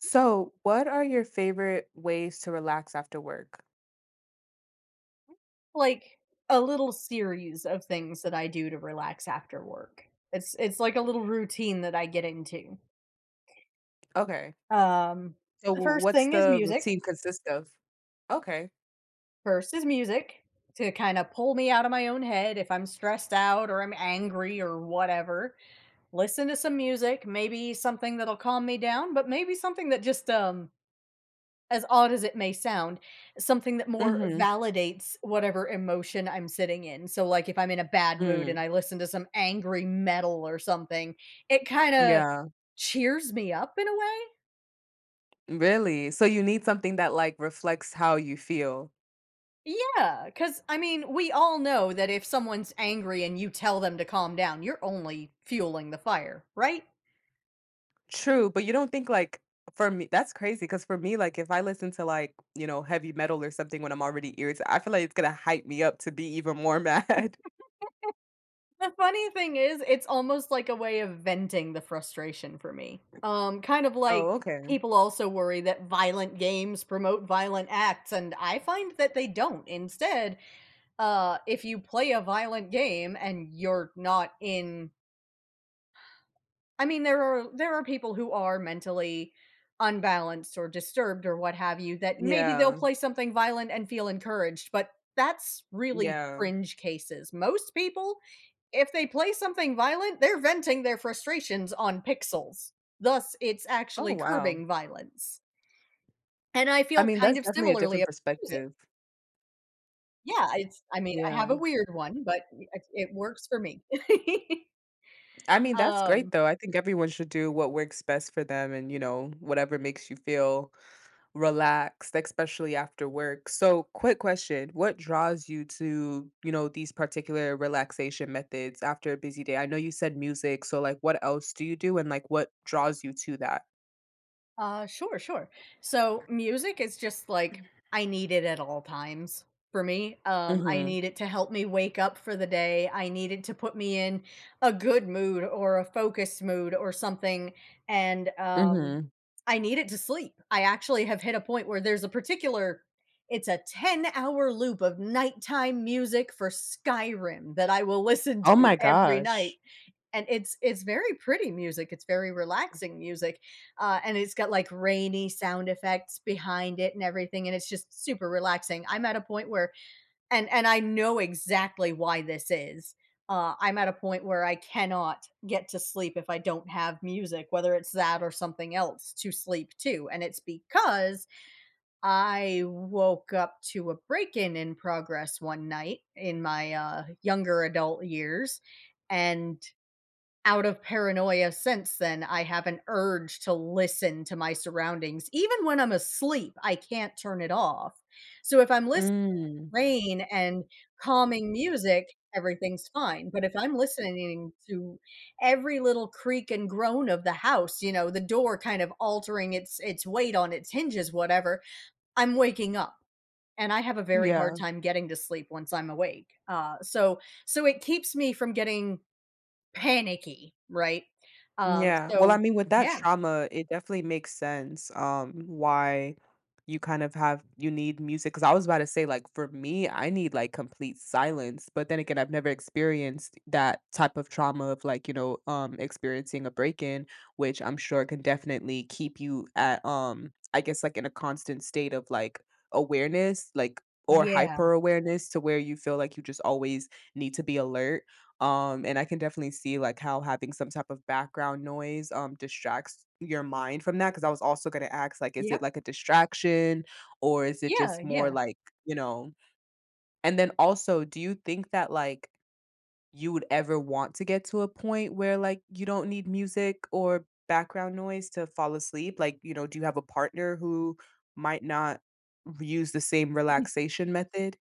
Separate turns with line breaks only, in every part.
So, what are your favorite ways to relax after work?
Like, a little series of things that I do to relax after work. It's like a little routine that I get into.
Okay.
Um,
So,
the first
what's
thing is
the
music.
routine consist of? Okay.
First is music to kinda pull me out of my own head if I'm stressed out or I'm angry or whatever. Listen to some music, maybe something that'll calm me down, but maybe something that just, as odd as it may sound, something that more
Mhm.
validates whatever emotion I'm sitting in. So, like, if I'm in a bad mood and
Mm.
I listen to some angry metal or something, it kinda
Yeah.
cheers me up in a way.
Really? So you need something that like reflects how you feel.
Yeah, because I mean, we all know that if someone's angry and you tell them to calm down, you're only fueling the fire, right?
True, but you don't think like for me that's crazy cuz for me like if I listen to like, you know, heavy metal or something when I'm already irritated, I feel like it's going to hype me up to be even more mad.
The funny thing is, it's almost like a way of venting the frustration for me. Kind of like
Oh, okay.
people also worry that violent games promote violent acts, and I find that they don't. Instead, if you play a violent game and you're not in— I mean, there are people who are mentally unbalanced or disturbed or what have you that maybe they'll
Yeah.
play something violent and feel encouraged, but that's really
Yeah.
fringe cases. Most people, if they play something violent, they're venting their frustrations on pixels. Thus, it's
Oh,
actually
wow.
curbing violence. And I
I
feel
mean,
kind
that's
of
definitely a
similarly
different
about music.
perspective.
Yeah, it's I mean, I have a
Yeah.
weird one, but it works for me.
I mean, that's great
um
though. I think everyone should do what works best for them and, you know, whatever makes you feel relaxed, especially after work. So, quick question, what draws you to, you know, these particular relaxation methods after a busy day? I know you said music, so like what else do you do and like what draws you to that?
sure, sure. So music is just like I need it at all times for me. I
Mhm.
need it to help me wake up for the day. I need it to put me in a good mood or a focused mood or something. And
Mhm.
I need it to sleep. I actually have hit a point where there's a particular. It's a 10-hour loop of nighttime music for Skyrim that I will listen
Oh
to
my
every night,
gosh.
and it's very pretty music. It's very relaxing music, and it's got like rainy sound effects behind it and everything, and it's just super relaxing. I'm at a point where, and I know exactly why this is. I'm at a point where I cannot get to sleep if I don't have music, whether it's that or something else to sleep to, and it's because I woke up to a break-in in progress one night in my younger adult years, and out of paranoia since then, I have an urge to listen to my surroundings. Even when I'm asleep, I can't turn it off. So if I'm listening
Mm.
to rain and calming music, everything's fine. But if I'm listening to every little creak and groan of the house, you know, the door kind of altering its weight on its hinges, whatever, I'm waking up. And I have a very hard
Yeah.
time getting to sleep once I'm awake. So it keeps me from getting panicky, right? Um,
Yeah. Well, I
so
mean, with that
yeah.
trauma, it definitely makes sense, why you kind of have you need music. Because I was about to say, like, for me, I need, like, complete silence, but then again, I've never experienced that type of trauma of, like, you know, experiencing a break-in, which I'm sure can definitely keep you at, I guess, like, in a constant state of, like, awareness, like, or
Yeah.
hyper awareness to where you feel like you just always need to be alert. And I can definitely see, like, how having some type of background noise, distracts your mind from that. Because I was also gonna ask, like, is it,
Yep.
like, a distraction, or is it
Yeah,
just more
yeah.
like, you know, and then also, do you think that, like, you would ever want to get to a point where, like, you don't need music or background noise to fall asleep? Like, you know, do you have a partner who might not r use the same relaxation method?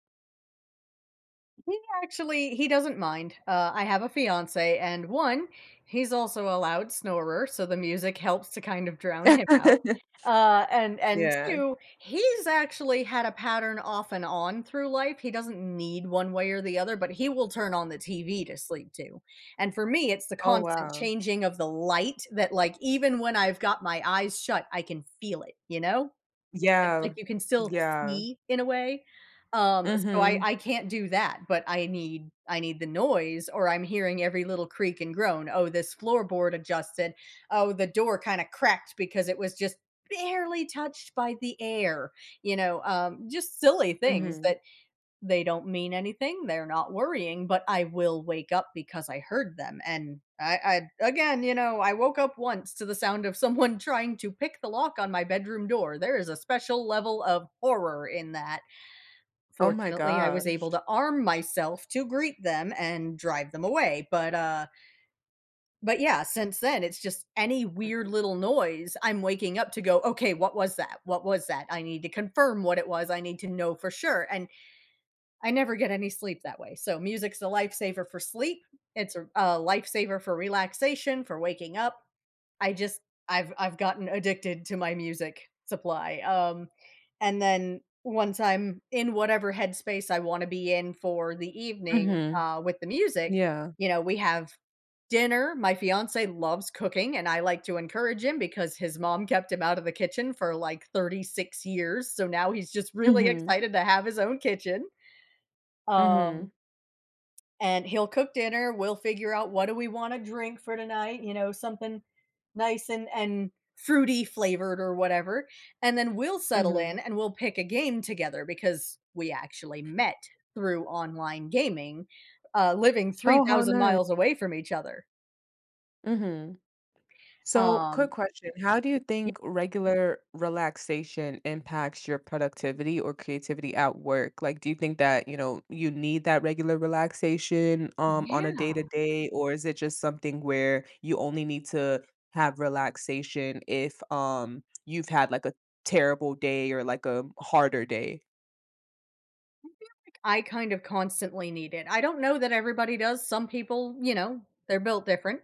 He actually he doesn't mind. I have a fiance, and one, he's also a loud snorer, so the music helps to kind of drown him out. And
Yeah.
two, he's actually had a pattern off and on through life. He doesn't need one way or the other, but he will turn on the TV to sleep to. And for me, it's the
Oh,
constant
wow.
changing of the light that, like, even when I've got my eyes shut, I can feel it. You know. It's
Yeah.
like you can still
Yeah.
see in a way. So I
Mhm,
I can't do that, but I need the noise or I'm hearing every little creak and groan. Oh, this floorboard adjusted. Oh, the door kind of cracked because it was just barely touched by the air, just silly things
mhm.
that they don't mean anything, they're not worrying, but I will wake up because I heard them, and I again, I woke up once to the sound of someone trying to pick the lock on my bedroom door. There is a special level of horror in that.
Oh my
Fortunately, I was able
gosh.
to arm myself to greet them and drive them away, but yeah, since then, it's just any weird little noise, I'm waking up to go, "Okay, what was that? What was that? I need to confirm what it was, I need to know for sure," and I never get any sleep that way. So music's a lifesaver for sleep. It's a lifesaver for relaxation, for waking up. I just I've gotten addicted to my music supply. And then once I'm in whatever headspace I want to be in for the evening
Mhm,
with the music,
yeah.
you know, we have dinner. My fiance loves cooking and I like to encourage him because his mom kept him out of the kitchen for like 36 years. So now he's just really
Mhm,
excited to have his own kitchen.
mhm,
Um, and he'll cook dinner, we'll figure out what do we wanna drink for tonight, you know, something nice and fruity flavored or whatever, and then we'll settle
mhm.
in and we'll pick a game together because we actually met through online gaming, living
Oh, how
3,000
nice.
miles away from each other.
Mhm. So, quick
Um
question, how do you
Y
think regular relaxation impacts your productivity or creativity at work? Like, do you think that, you know, you need that regular relaxation, on a
Yeah.
day-to-day, or is it just something where you only need to have relaxation if, you've had, like, a terrible day or, like, a harder day?
I kind of constantly need it. I don't know that everybody does, some people, you know, they're built different.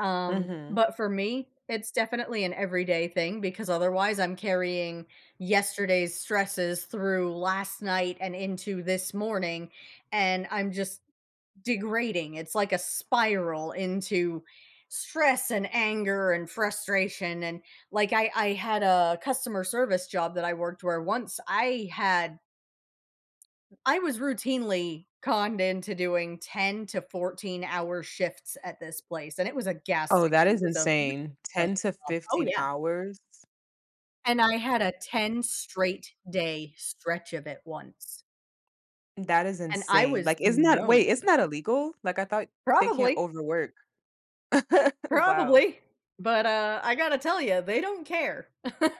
Um,
Mhm.
but for me, it's definitely an everyday thing because otherwise I'm carrying yesterday's stresses through last night and into this morning, and I'm just degrading. It's like a spiral into stress and anger and frustration and like I had a customer service job that I worked where once I was routinely conned into doing 10 to 14-hour shifts at this place, and it was a gas
Oh, that
station, it
is
was a really
insane. 10
pleasant
to
job. Oh,
15
yeah,
hours?
and I had a 10 straight day stretch of it once,
That is
and I
insane.
was
Like, isn't that
known—
wait, isn't that illegal? Like, I thought they can't
Probably,
overwork. Wow.
probably, but, I gotta tell you, they don't care.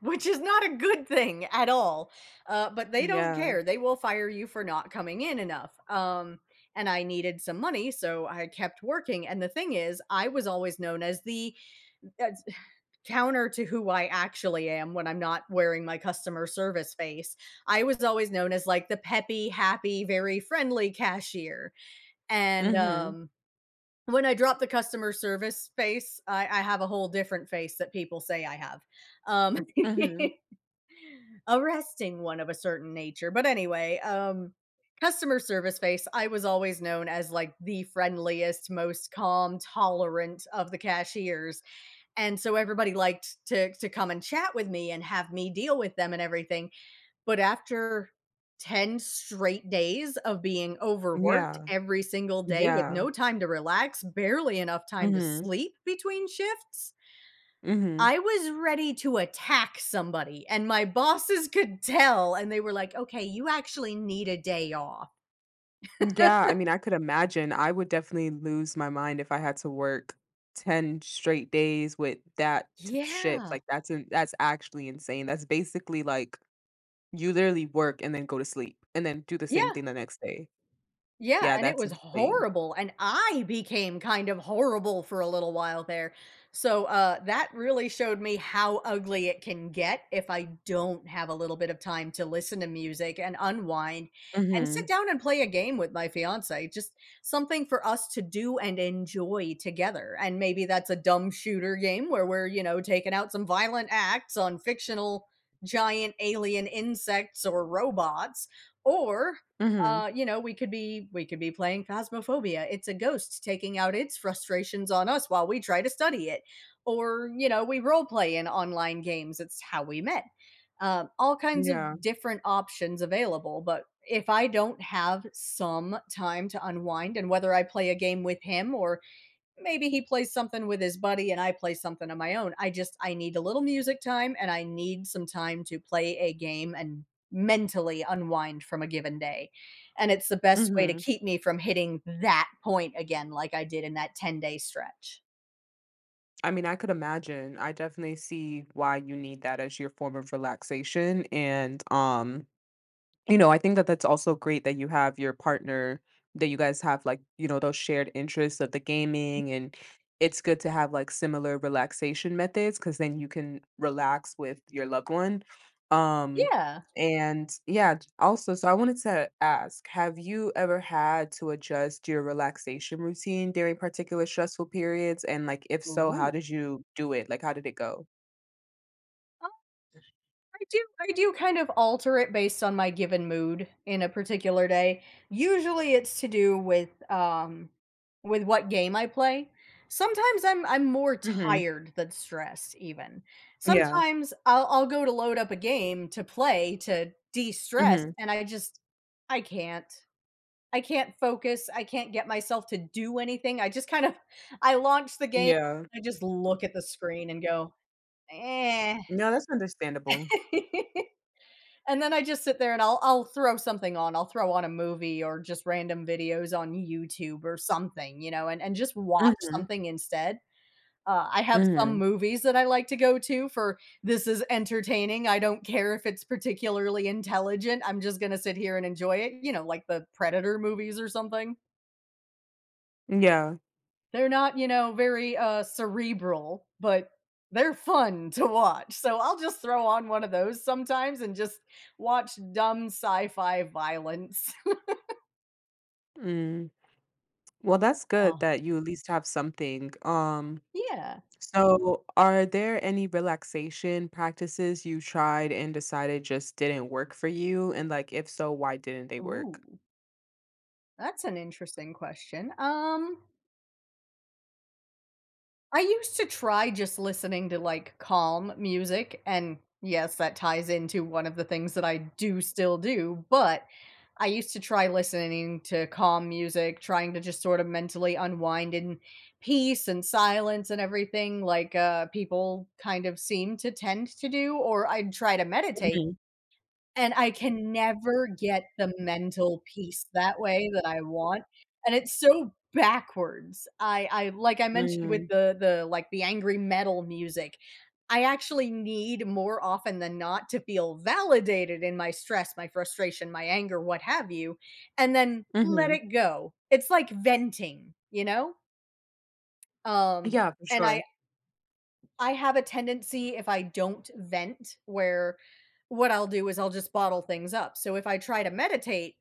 Which is not a good thing at all, but they don't
Yeah.
care. They will fire you for not coming in enough. And I needed some money, so I kept working. And the thing is, I was always known as counter to who I actually am when I'm not wearing my customer service face. I was always known as like the peppy, happy, very friendly cashier. And
Mhm.
when I drop the customer service face, I have a whole different face that people say I have. Um,
Mhm.
Arresting one of a certain nature. But anyway, customer service face, I was always known as like the friendliest, most calm, tolerant of the cashiers. And so everybody liked to come and chat with me and have me deal with them and everything. But after 10 straight days of being overworked
Yeah.
every single day with
Yeah.
no time to relax, barely enough time to
Mhm.
sleep between shifts,
Mhm.
I was ready to attack somebody, and my bosses could tell, and they were like, "Okay, you actually need a day off."
Yeah, I mean, I could imagine. I would definitely lose my mind if I had to work 10 straight days with that t shift.
Yeah.
Like, that's in that's actually insane. That's basically, like, you literally work and then go to sleep and then do the same
Yeah.
thing the next day.
Yeah,
Yeah,
and it
that's
was
insane.
horrible, and I became kind of horrible for a little while there. So, that really showed me how ugly it can get if I don't have a little bit of time to listen to music and unwind and sit
Mhm.
down and play a game with my fiance. Just something for us to do and enjoy together. And maybe that's a dumb shooter game where we're, you know, taking out some violent acts on fictional giant alien insects or robots or
Mhm.
you know, we could be playing Phasmophobia. It's a ghost taking out its frustrations on us while we try to study it. Or, you know, we role play in online games. It's how we met. All kinds
Yeah.
of different options available, but if I don't have some time to unwind and whether I play a game with him or maybe he plays something with his buddy and I play something on my own. I just I need a little music time and I need some time to play a game and mentally unwind from a given day. And it's the best way to
Mhm.
keep me from hitting that point again like I did in that 10-day stretch.
I mean, I could imagine. I definitely see why you need that as your form of relaxation and, um. You know, I think that that's also great that you have your partner, that you guys have, like, you know, those shared interests of the gaming, and it's good to have, like, similar relaxation methods because then you can relax with your loved one. Um,
Yeah.
and yeah, j also, so I wanted to ask, have you ever had to adjust your relaxation routine during particular stressful periods? And, like, if so, how
Ooh.
did you do it? Like, how did it go?
I do kind of alter it based on my given mood in a particular day. Usually it's to do with what game I play. Sometimes I'm more
Mhm.
tired than stressed even.
Yeah.
Sometimes I'll go to load up a game to play to de-stress
Mhm.
and I just I can't. I can't focus. I can't get myself to do anything. I just kind of I launch the game,
Yeah.
I just look at the screen and go, "Eh."
No, that's understandable.
And then I just sit there and I'll throw something on. I'll throw on a movie or just random videos on YouTube or something, you know, and just watch
Mhm.
something instead. I have some
Mhm.
movies that I like to go to for this is entertaining. I don't care if it's particularly intelligent. I'm just gonna sit here and enjoy it, you know, like the Predator movies or something.
Yeah.
They're not, you know, very, cerebral, but they're fun to watch, so I'll just throw on one of those sometimes and just watch dumb sci-fi violence.
Mm. Well, that's good
Ah.
that you at least have something.
Yeah.
So are there any relaxation practices you tried and decided just didn't work for you? And like, if so, why didn't they work?
Ooh, that's an interesting question. I used to try just listening to, like, calm music, and yes, that ties into one of the things that I do still do, but I used to try listening to calm music, trying to just sort of mentally unwind in peace and silence and everything like, people kind of seem to tend to do, or I'd try to meditate.
Mhm.
And I can never get the mental peace that way that I want, and it's so backwards. I like I mentioned with
Mm.
the, like, the angry metal music, I actually need more often than not to feel validated in my stress, my frustration, my anger, what have you, and then let
Mhm.
it go. It's like venting, you know? Um,
Yeah, for
and
sure.
I have a tendency if I don't vent where what I'll do is I'll just bottle things up. So if I try to meditate,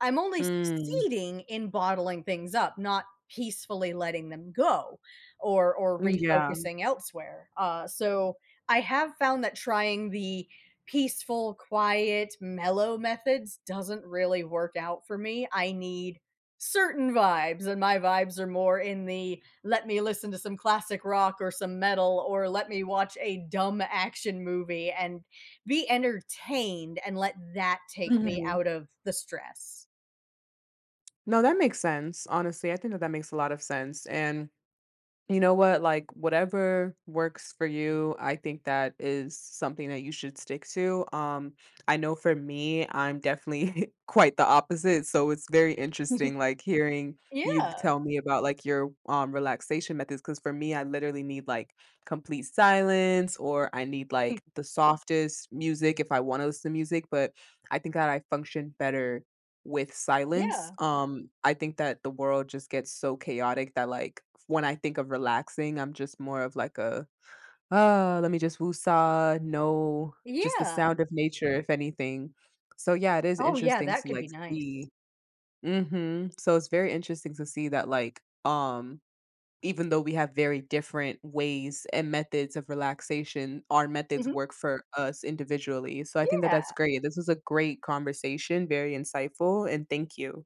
I'm only
Mm.
succeeding in bottling things up, not peacefully letting them go or
Yeah.
refocusing elsewhere. So I have found that trying the peaceful, quiet, mellow methods doesn't really work out for me. I need certain vibes and my vibes are more in the let me listen to some classic rock or some metal or let me watch a dumb action movie and be entertained and let that take me
Mhm.
out of the stress.
No, that makes sense. Honestly, I think that that makes a lot of sense. And you know what? Like, whatever works for you, I think that is something that you should stick to. I know for me, I'm definitely quite the opposite. So it's very interesting, like, hearing you
Yeah.
tell me about like your relaxation methods. Cause for me, I literally need like complete silence or I need like the softest music if I want to listen to music. But I think that I function better with silence.
Yeah.
I think that the world just gets so chaotic that like when I think of relaxing, I'm just more of like a, oh, let me just woosah." No, just the
Yeah.
sound of nature, if anything. So yeah, it is
Oh, yeah,
interesting to
that could
like
be nice.
see. Mhm. So it's very interesting to see that like, even though we have very different ways and methods of relaxation, our methods
Mhm.
work for us individually. So I think that
Yeah.
that's great. This was a great conversation, very insightful, and thank you.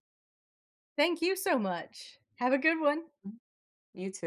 Thank you so much. Have a good one.
Mhm. You too.